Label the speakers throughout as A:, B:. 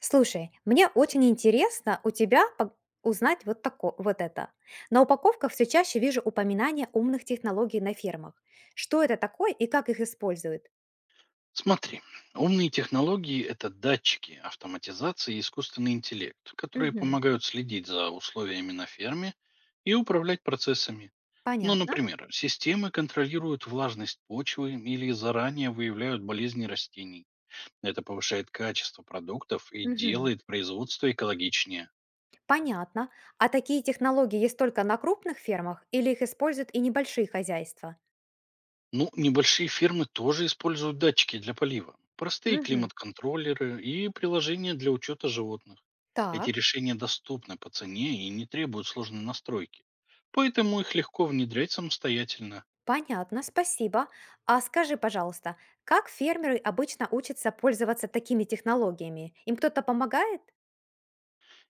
A: Слушай, мне очень интересно у тебя узнать вот, тако, вот это. На упаковках все чаще вижу упоминания умных технологий на фермах. Что это такое и как их используют?
B: Смотри, умные технологии– это датчики, автоматизация и искусственный интеллект, которые
A: Мгм.
B: помогают следить за условиями на ферме и управлять процессами. Ну,
A: Понятно.
B: например, системы контролируют влажность почвы или заранее выявляют болезни растений. Это повышает качество продуктов и
A: Мгм.
B: делает производство экологичнее.
A: Понятно. А такие технологии есть только на крупных фермах или их используют и небольшие хозяйства?
B: Ну, небольшие фирмы тоже используют датчики для полива, простые
A: Мгм.
B: климат-контроллеры и приложения для учета животных. Эти
A: Так,
B: решения доступны по цене и не требуют сложной настройки, поэтому их легко внедрять самостоятельно.
A: понятно, спасибо. А скажи, пожалуйста, как фермеры обычно учатся пользоваться такими технологиями? Им кто-то помогает?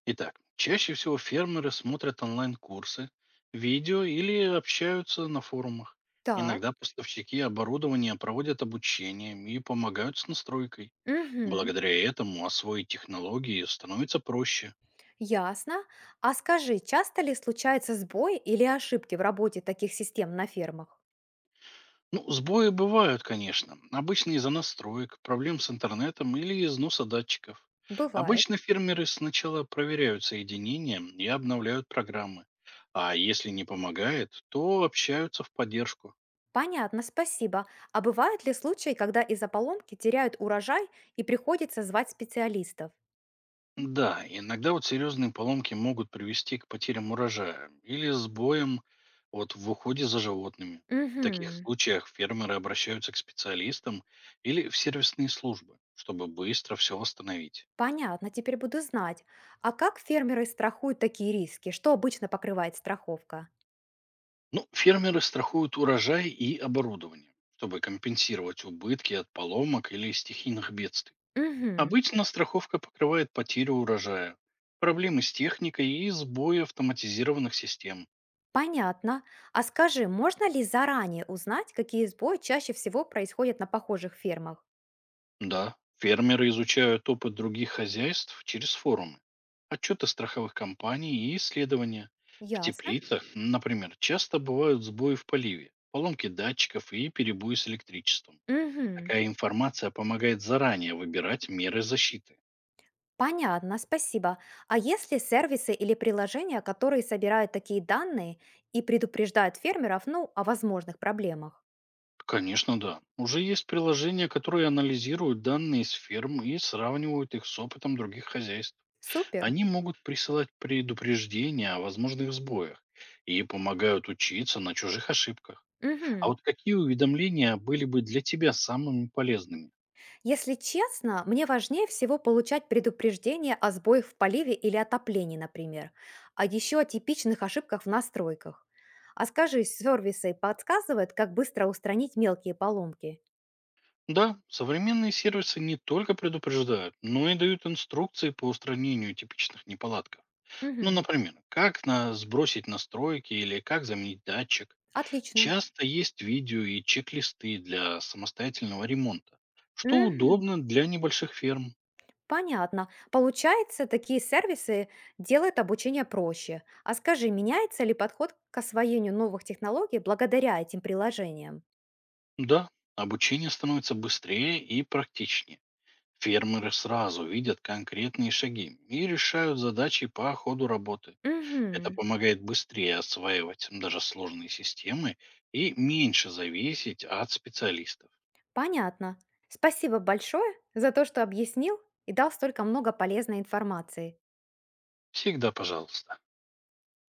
B: Итак, чаще всего фермеры смотрят онлайн-курсы, видео или общаются на форумах.
A: Так.
B: Иногда поставщики оборудования проводят обучение и помогают с настройкой.
A: Мгм.
B: Благодаря этому освоить технологии становится проще.
A: Ясно. А скажи, часто ли случаются сбои или ошибки в работе таких систем на фермах?
B: Ну, сбои бывают, конечно. Обычно из-за настроек, проблем с интернетом или износа датчиков.
A: Бывает.
B: Обычно фермеры сначала проверяют соединения и обновляют программы. А если не помогает, то общаются в поддержку.
A: Понятно, спасибо. А бывают ли случаи, когда из-за поломки теряют урожай и приходится звать специалистов?
B: Да, иногда вот серьезные поломки могут привести к потерям урожая или сбоям вот в уходе за животными. В таких
A: Угу.
B: случаях фермеры обращаются к специалистам или в сервисные службы, чтобы быстро все восстановить.
A: Понятно, теперь буду знать. А как фермеры страхуют такие риски? Что обычно покрывает страховка?
B: Ну, фермеры страхуют урожай и оборудование, чтобы компенсировать убытки от поломок или стихийных бедствий.
A: Угу.
B: Обычно страховка покрывает потерю урожая, проблемы с техникой и сбои автоматизированных систем.
A: Понятно. А скажи, можно ли заранее узнать, какие сбои чаще всего происходят на похожих фермах?
B: Да, фермеры изучают опыт других хозяйств через форумы, отчеты страховых компаний и исследования. В
A: Ясно.
B: теплицах, например, часто бывают сбои в поливе, поломки датчиков и перебои с электричеством.
A: Угу.
B: Такая информация помогает заранее выбирать меры защиты.
A: Понятно, спасибо. А есть ли сервисы или приложения, которые собирают такие данные и предупреждают фермеров, ну, о возможных проблемах?
B: Конечно, да. Уже есть приложения, которые анализируют данные с ферм и сравнивают их с опытом других хозяйств.
A: Супер.
B: Они могут присылать предупреждения о возможных сбоях и помогают учиться на чужих ошибках. А
A: Мгм.
B: вот какие уведомления были бы для тебя самыми полезными?
A: Если честно, мне важнее всего получать предупреждение о сбоях в поливе или отоплении, например, а еще о типичных ошибках в настройках. А скажи, сервисы подсказывают, как быстро устранить мелкие поломки?
B: Да, современные сервисы не только предупреждают, но и дают инструкции по устранению типичных неполадков. Ну,
A: Мгм.
B: например, сбросить настройки или как заменить датчик.
A: Отлично.
B: Часто есть видео и чек-листы для самостоятельного ремонта, что
A: Мгм.
B: удобно для небольших ферм.
A: Понятно. Получается, такие сервисы делают обучение проще. А скажи, меняется ли подход к освоению новых технологий благодаря этим приложениям?
B: Да, обучение становится быстрее и практичнее. Фермеры сразу видят конкретные шаги и решают задачи по ходу работы. Это
A: Угу.
B: помогает быстрее осваивать даже сложные системы и меньше зависеть от специалистов.
A: Понятно. Спасибо большое за то, что объяснил и дал столько много полезной информации.
B: Всегда пожалуйста.